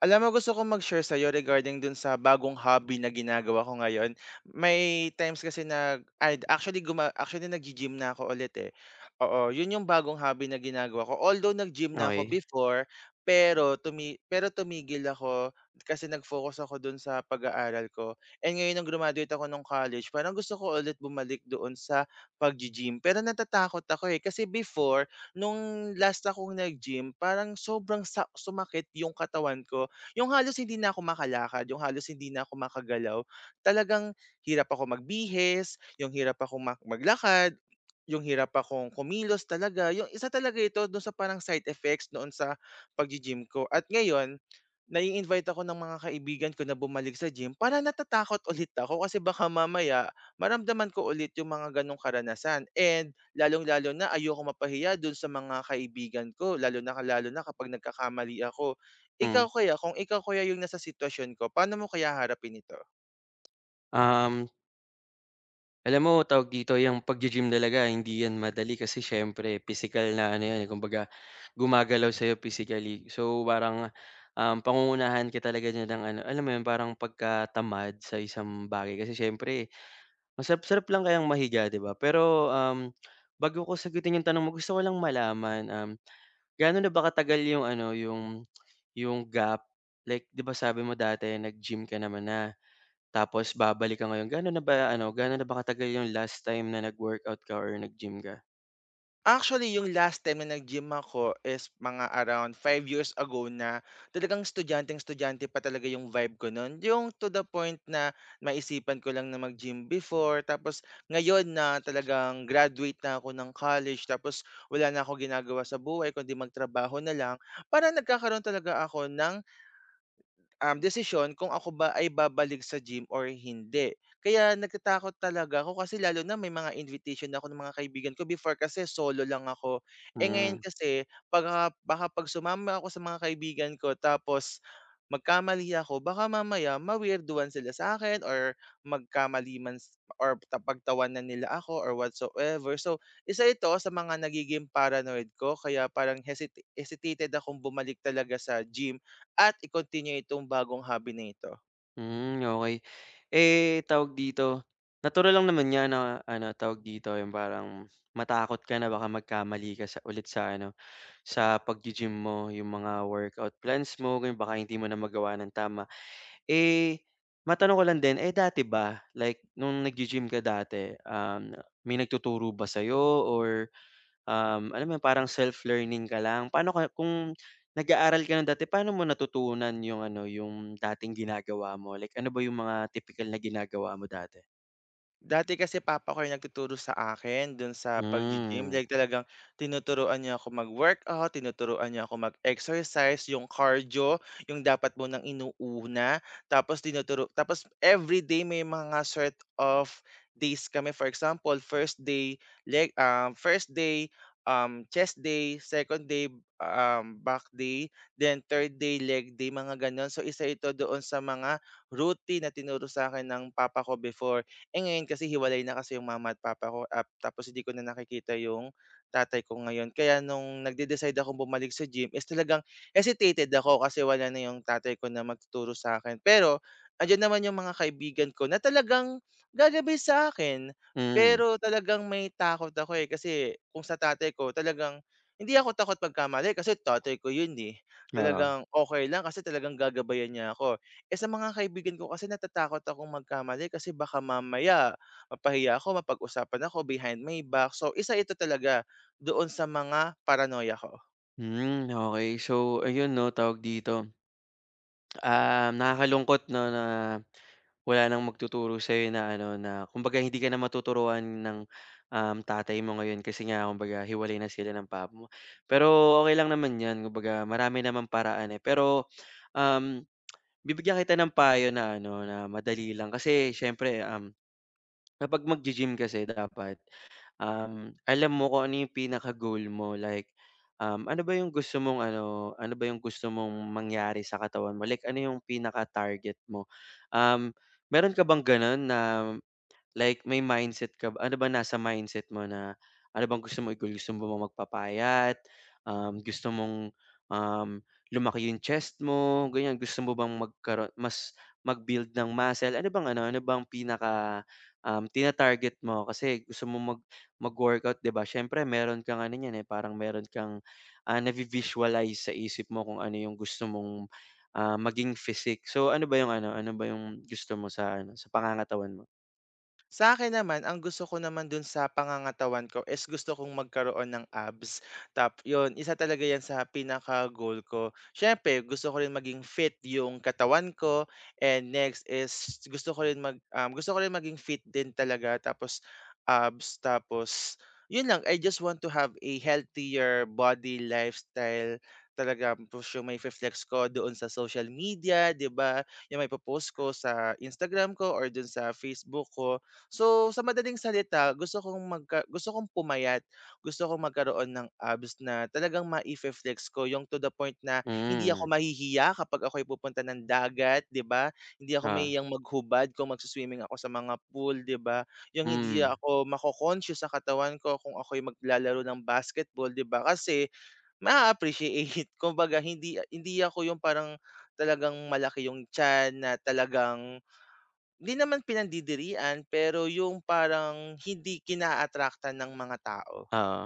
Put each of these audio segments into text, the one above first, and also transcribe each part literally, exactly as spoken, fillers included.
Alam mo gusto kong mag-share sa'yo regarding dun sa bagong hobby na ginagawa ko ngayon. May times kasi na ay actually guma actually naggi-gym na ako ulit eh. Oo, yun yung bagong hobby na ginagawa ko. Although nag-gym na ako Okey, before, pero tumi pero tumigil ako kasi nag-focus ako dun sa pag-aaral ko. And ngayon nung graduate ako nung college, parang gusto ko ulit bumalik doon sa pag-gym. Pero natatakot ako eh kasi before nung last akong nag-gym, parang sobrang sa- sumakit yung katawan ko, yung halos hindi na ako makalakad, yung halos hindi na ako makagalaw. Talagang hirap ako magbihis, yung hirap ako mak maglakad, yung hirap akong kumilos talaga. Yung isa talaga ito dun sa parang side effects noon sa paggi-gym ko. At ngayon, nai-invite ako ng mga kaibigan ko na bumalik sa gym para natatakot ulit ako kasi baka mamaya maramdaman ko ulit yung mga ganong karanasan. And lalong-lalo na ayoko mapahiya dun sa mga kaibigan ko, lalo na lalo na kapag nagkakamali ako. hmm. Ikaw kaya, kung ikaw kaya yung nasa sitwasyon ko, paano mo kaya harapin ito? Um, alam mo tawag dito, yang paggi-gym talaga hindi yan madali kasi siyempre pisikal na ano yan, eh, kumbaga gumagalaw sa'yo physically. So, parang, um, pangungunahan ka talaga niya ng ano, alam mo yun, parang pagkatamad sa isang bagay. Kasi siyempre masarap-sarap lang kayang mahiga, 'di ba? Pero, um, bago ko sagutin yung tanong mo, gusto ko lang malaman, um, gaano na ba katagal yung ano, yung yung gap? Like, 'di ba sabi mo dati nag-gym ka naman na. Tapos babalik ka ngayon. Ganon na ba ano, ganon na ba katagal yung last time na nag-workout ka or nag-gym ka? Actually, yung last time na nag-gym ako is mga around five years ago na talagang estudyanteng-estudyante pa talaga yung vibe ko nun. Yung to the point na maisipan ko lang na mag-gym before. Tapos ngayon na talagang graduate na ako ng college. Tapos wala na ako ginagawa sa buhay kundi magtrabaho na lang. Para nagkakaroon talaga ako ng um, desisyon kung ako ba ay babalik sa gym or hindi. Kaya natatakot talaga ako kasi lalo na may mga invitation na ako ng mga kaibigan ko before kasi solo lang ako. Eh ngayon Mm, kasi pagka, baka pag sumama ako sa mga kaibigan ko tapos magkamali ako, baka mamaya ma-weirduhan sila sa akin or magkamali man s- or ta- pagtawanan nila ako or whatsoever. So, isa ito sa mga nagiging paranoid ko kaya parang hesita- hesitated akong bumalik talaga sa gym at i-continue itong bagong hobby na ito. hmm, okey. Eh, tawag dito, natural lang naman 'yan na ano, tawag dito, yung parang matakot ka na baka magkamali ka sa ulit sa ano, sa paggi-gym mo, yung mga workout plans mo, ganun, baka hindi mo na magawa ng tama. Eh, matanong ko lang din, eh, dati ba, like nung naggi-gym ka dati, um, may nagtuturo ba sa'yo or Um, alam mo yun, parang self-learning ka lang. Paano ka kung nag-aaral ka ng dati, paano mo natutunan yung ano, yung dating ginagawa mo? Like ano ba yung mga typical na ginagawa mo dati? Dati kasi papa ko yung nagtuturo sa akin dun sa paggi-gym, Hmm, like talagang tinuturuan niya ako mag-workout, tinuturuan niya ako mag-exercise, yung cardio, yung dapat mo nang inuuna, tapos tinuturo tapos everyday may mga sort of days kami. For example, first day leg um, first day, um, chest day, second day, um, back day, then third day leg day, mga gano'n. So, isa ito doon sa mga routine na tinuro sa akin ng papa ko before. Eh, ngayon kasi hiwalay na kasi yung mama at papa ko at tapos hindi ko na nakikita yung tatay ko ngayon. Kaya nung nagde-decide akong bumalik sa gym is talagang hesitated ako kasi wala na yung tatay ko na magtuturo sa'kin. Pero andiyan naman yung mga kaibigan ko na talagang gagabay sa'kin. hmm, Pero talagang may takot ako, eh, kasi kung sa tatay ko talagang hindi ako takot pagkamali kasi tatay ko yun, eh. oo. Talagang okay lang kasi talagang gagabayan niya ako. Eh, sa mga kaibigan ko kasi natatakot akong magkamali kasi baka mamaya mapahiya ako, mapag-usapan ako behind my back. So, isa ito talaga doon sa mga paranoia ko. Hmm, okey. So ayun 'no, tawag dito, um, nakakalungkot 'no na wala nang magtuturo sa'yo na ano, na kumbaga hindi ka na matuturuan ng, um, tatay mo ngayon kasi nga kumbaga hiwalay na sila ng papa mo. Pero okay lang naman 'yan, kumbaga marami namang paraan, eh. Pero Um, bibigyan kita ng payo na ano, na madali lang kasi siyempre, um, kapag maggi-gym kasi dapat, um, alam mo kung ano yung pinaka-goal mo like, um, ano ba yung gusto mong ano, ano ba yung gusto mong mangyari sa katawan mo? Like ano yung pinaka-target mo? Um, meron ka bang gano'n na like may mindset ka ba ano ba nasa mindset mo na ano bang gusto mo i-goal? Gusto mo bang magpapayat? Um, gusto mong, um, lumaki yung chest mo, ganyan? Gusto mo bang magkaroon mas mag-build ng muscle? Ano bang ano, ano bang pinaka, um, tina-target mo? Kasi gusto mo mag mag-workout, 'di ba? Siyempre meron kang ano niyan, eh, parang meron kang, ah, navi-visualize sa isip mo kung ano yung gusto mong, ah, maging physique. So, ano ba yung ano, ano ba yung gusto mo sa ano, sa pangangatawan mo? Sa akin naman, ang gusto ko naman dun sa pangangatawan ko is gusto kong magkaroon ng abs. Tap yun, isa talaga yan sa pinaka-goal ko. Siyempre gusto ko rin maging fit yung katawan ko and next is gusto ko rin mag um, gusto ko rin maging fit din talaga tapos abs, tapos yun lang, I just want to have a healthier body, lifestyle talaga. Tapos yung may flex ko doon sa social media, 'di ba? Yung may post ko sa Instagram ko or doon sa Facebook ko. So, sa madaling salita, gusto kong magka gusto kong pumayat. Gusto kong magkaroon ng abs na talagang mai flex ko, yung to the point na hindi ako Hmm, mahihiya kapag ako'y pupunta ng dagat, 'di ba? Hindi ako ah mahihiyang maghubad kung magsu-swimming ako sa mga pool, 'di ba? Yung hindi hmm, ako mako-conscious sa katawan ko kung ako'y maglalaro ng basketball, 'di ba? Kasi ma-a-appreciate. Kumbaga hindi hindi ako yung parang talagang malaki yung chan na talagang hindi naman pinandidirian, pero yung parang hindi kina attract ng mga tao. oo.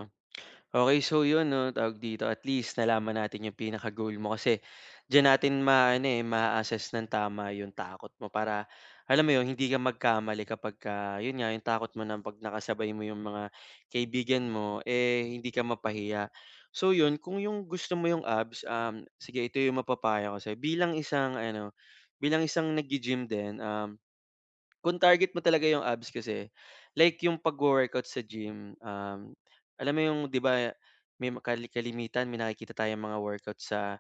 Okay so yun 'no, tawag dito, at least nalaman natin yung pinaka-goal mo kasi diyan natin ma, ano eh, ma assess ng tama yung takot mo para alam mo yun, hindi ka magkamali kapagka yun nga, yung takot mo na 'pag nakasabay mo yung mga kaibigan mo, eh, hindi ka mapahiya. So yun, kung yung gusto mo yung abs, um, sige ito yung mapapayo ko sa'yo bilang isang ano, bilang isang naggi-gym din, um kung target mo talaga yung abs kasi, like yung pag workout sa gym, um, alam mo yung 'di ba may kali kalimitan may nakikita tayong mga workout sa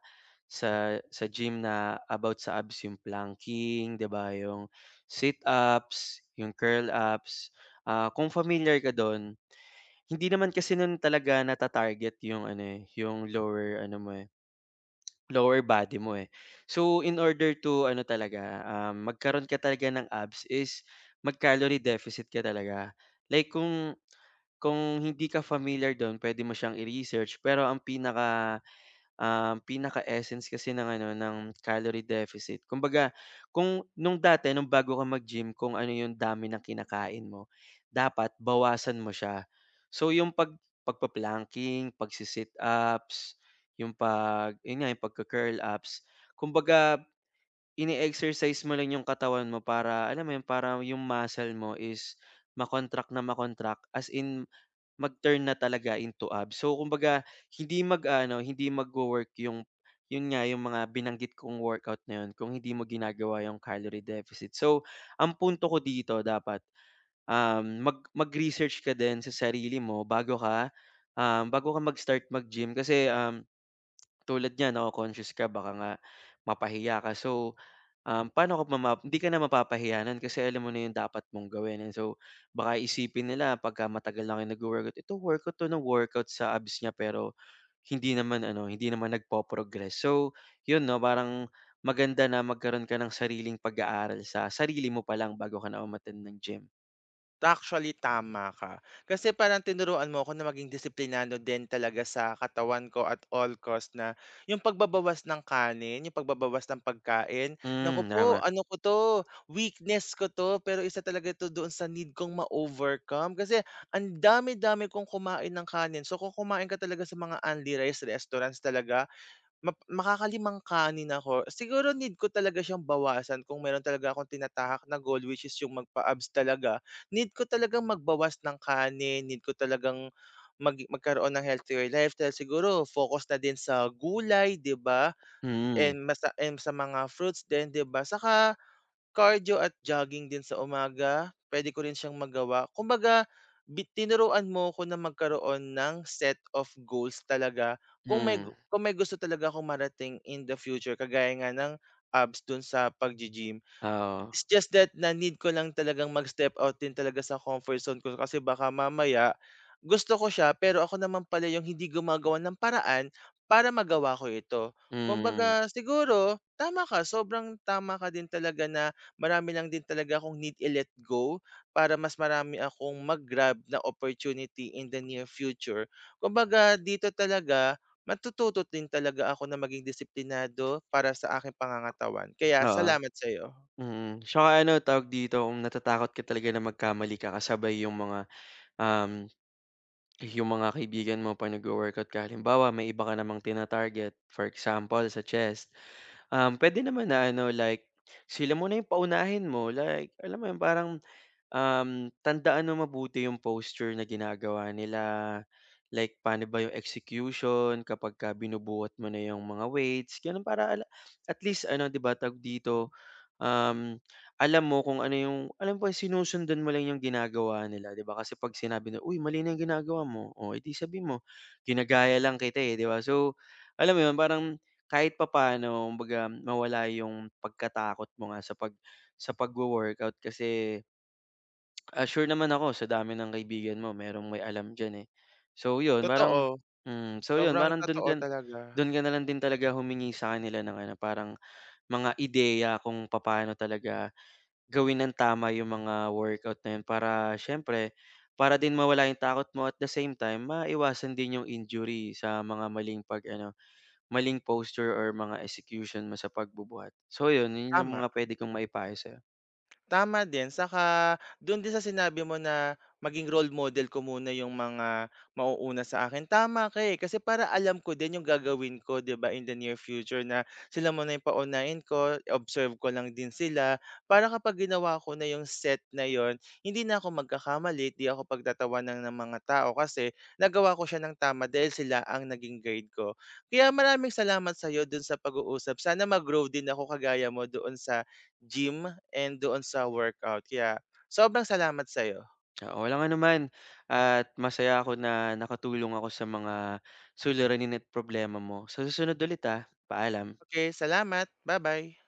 sa sa gym na about sa abs yung planking, 'di ba, yung sit-ups, yung curl-ups. Ah, kung familiar ka dun, hindi naman kasi nun talaga nata-target yung ano, eh, yung lower ano mo, eh lower body mo, eh. So, in order to ano talaga, um, magkaroon ka talaga ng abs is mag-calorie deficit ka talaga. Like kung kung hindi ka familiar dun, pwede mo siyang i-research pero ang pinaka um, pinaka-essence kasi ng ano, ng calorie deficit. Kumbaga, kung nung dati, nung bago ka mag-gym, kung ano yung dami ng kinakain mo, dapat bawasan mo siya. So, yung pag pagpa-planking, pagsi-sit ups, yung pag yun nga, yung pagka-curl ups, kumbaga ini-exercise mo lang yung katawan mo para alam mo yun, para yung muscle mo is ma na ma as in mag-turn na talaga into abs. So kumbaga hindi mag ano hindi magwo-work yung yun nga yung mga binanggit kong workout na yun kung hindi mo ginagawa yung calorie deficit. So ang punto ko dito dapat, um, mag mag-research ka din sa sarili mo bago ka, um, bago ka mag-start mag-gym kasi, um, tulad niyan nako-conscious ka baka nga mapahiya ka. So Um, paano ka mama hindi ka na mapapahiya nun kasi alam mo na yung dapat mong gawin and so baka isipin nila pagka matagal na kayo nagwo-workout, "Ito workout 'to na workout sa abs niya pero hindi naman ano, hindi naman nagpo-progress." So yun 'no, parang maganda na magkaroon ka ng sariling pag-aaral sa sarili mo pa lang bago ka na umattend ng gym. Actually, tama ka. Kasi parang tinuruan mo ako na maging disiplinado din talaga sa katawan ko at all cost na yung pagbabawas ng kanin, yung pagbabawas ng pagkain, naku Hmm, po, tama. ano ko 'to, weakness ko 'to, pero isa talaga 'to doon sa need kong ma-overcome. Kasi ang dami-dami kong kumain ng kanin. So kung kumain ka talaga sa mga unli rice restaurants talaga, Map makakalimang kanin ako. Siguro need ko talaga siyang bawasan kung meron talaga akong tinatahak na goal which is yung magpa-abs talaga. Need ko talagang magbawas ng kanin, need ko talagang mag magkaroon ng healthier lifestyle. Siguro focus na din sa gulay, 'di ba? Mm, And masa and sa mga fruits din, 'di ba? Saka cardio at jogging din sa umaga, pwede ko rin siyang magawa. Kumbaga bi tinuruan mo ko na magkaroon ng set of goals talaga kung may gu mm, kung may gusto talaga akong marating in the future kagaya nga ng abs dun sa pag gym. oo, It's just that na need ko lang talagang mag-step out din talaga sa comfort zone ko kasi baka mamaya gusto ko siya pero ako naman pala yung hindi gumagawa ng paraan para magawa ko ito. mm, Kumbaga siguro tama ka, sobrang tama ka din talaga na marami lang din talaga akong need i-let go para mas marami akong mag-grab na opportunity in the near future. Kumbaga dito talaga matututo din talaga ako na maging disiplinado para sa aking pangangatawan. Kaya oo, salamat sa'yo. mm. Tsaka ano, tawag dito, kung natatakot ka talaga na magkamali ka kasabay yung mga, um yung mga kaibigan mo pa nagwo-workout ka halimbawa may iba ka namang tina-target, for example sa chest, um, pwede naman na ano like sila muna yung paunahin mo like alam mo yun parang, um, tandaan mo mabuti yung posture na ginagawa nila, like paano ba yung execution kapagka binubuhat mo na yung mga weights, gano'n para ala at least ano 'di ba, tawag dito Um, alam mo kung ano yung alam mo ba sinusundan mo lang yung ginagawa nila, 'di ba? Kasi 'pag sinabi na, "Uy, mali na yung ginagawa mo." Oh, eh, sabi mo, "Ginagaya lang kita, eh," 'di ba? So, alam mo yun, parang kahit papaano kumbaga mawala yung pagkatakot mo nga sa pag sa pagwo-workout kasi, ah, sure naman ako sa dami ng kaibigan mo merong may alam diyan, eh. So, yun Totoo, parang mm. So, yun sobrang parang dun totoo ka talaga, dun ka na lang din talaga humingi sa kanila ng ano, parang mga ideya kung papaano talaga gawin nang tama yung mga workout na yun para siyempre, para din mawala yung takot mo at the same time maiwasan din yung injury sa mga maling pag-ano, maling posture or mga execution mo sa pagbubuhat. So yun, yun yung tama. mga pwede kong maipayo sa'yo. Tama din, saka do'n din sa sinabi mo na maging role model ko muna yung mga mauuna sa akin, tama ka, eh. Kasi para alam ko din yung gagawin ko, 'di ba, in the near future na sila muna yung paunahin ko, observe ko lang din sila. Para kapag ginawa ko na yung set na yun, hindi na ako magkakamali, 'di ako pagtatawanan ng mga tao kasi nagawa ko siya ng tama dahil sila ang naging guide ko. Kaya maraming salamat sa'yo do'n sa pag-uusap, sana mag-grow din ako kagaya mo doon sa gym and doon sa workout. Kaya sobrang salamat sa'yo. Oo, walang anuman at masaya ako na nakatulong ako sa mga suliranin at problema mo. Sa susunod ulit, ah, paalam. Okay, salamat. Bye bye.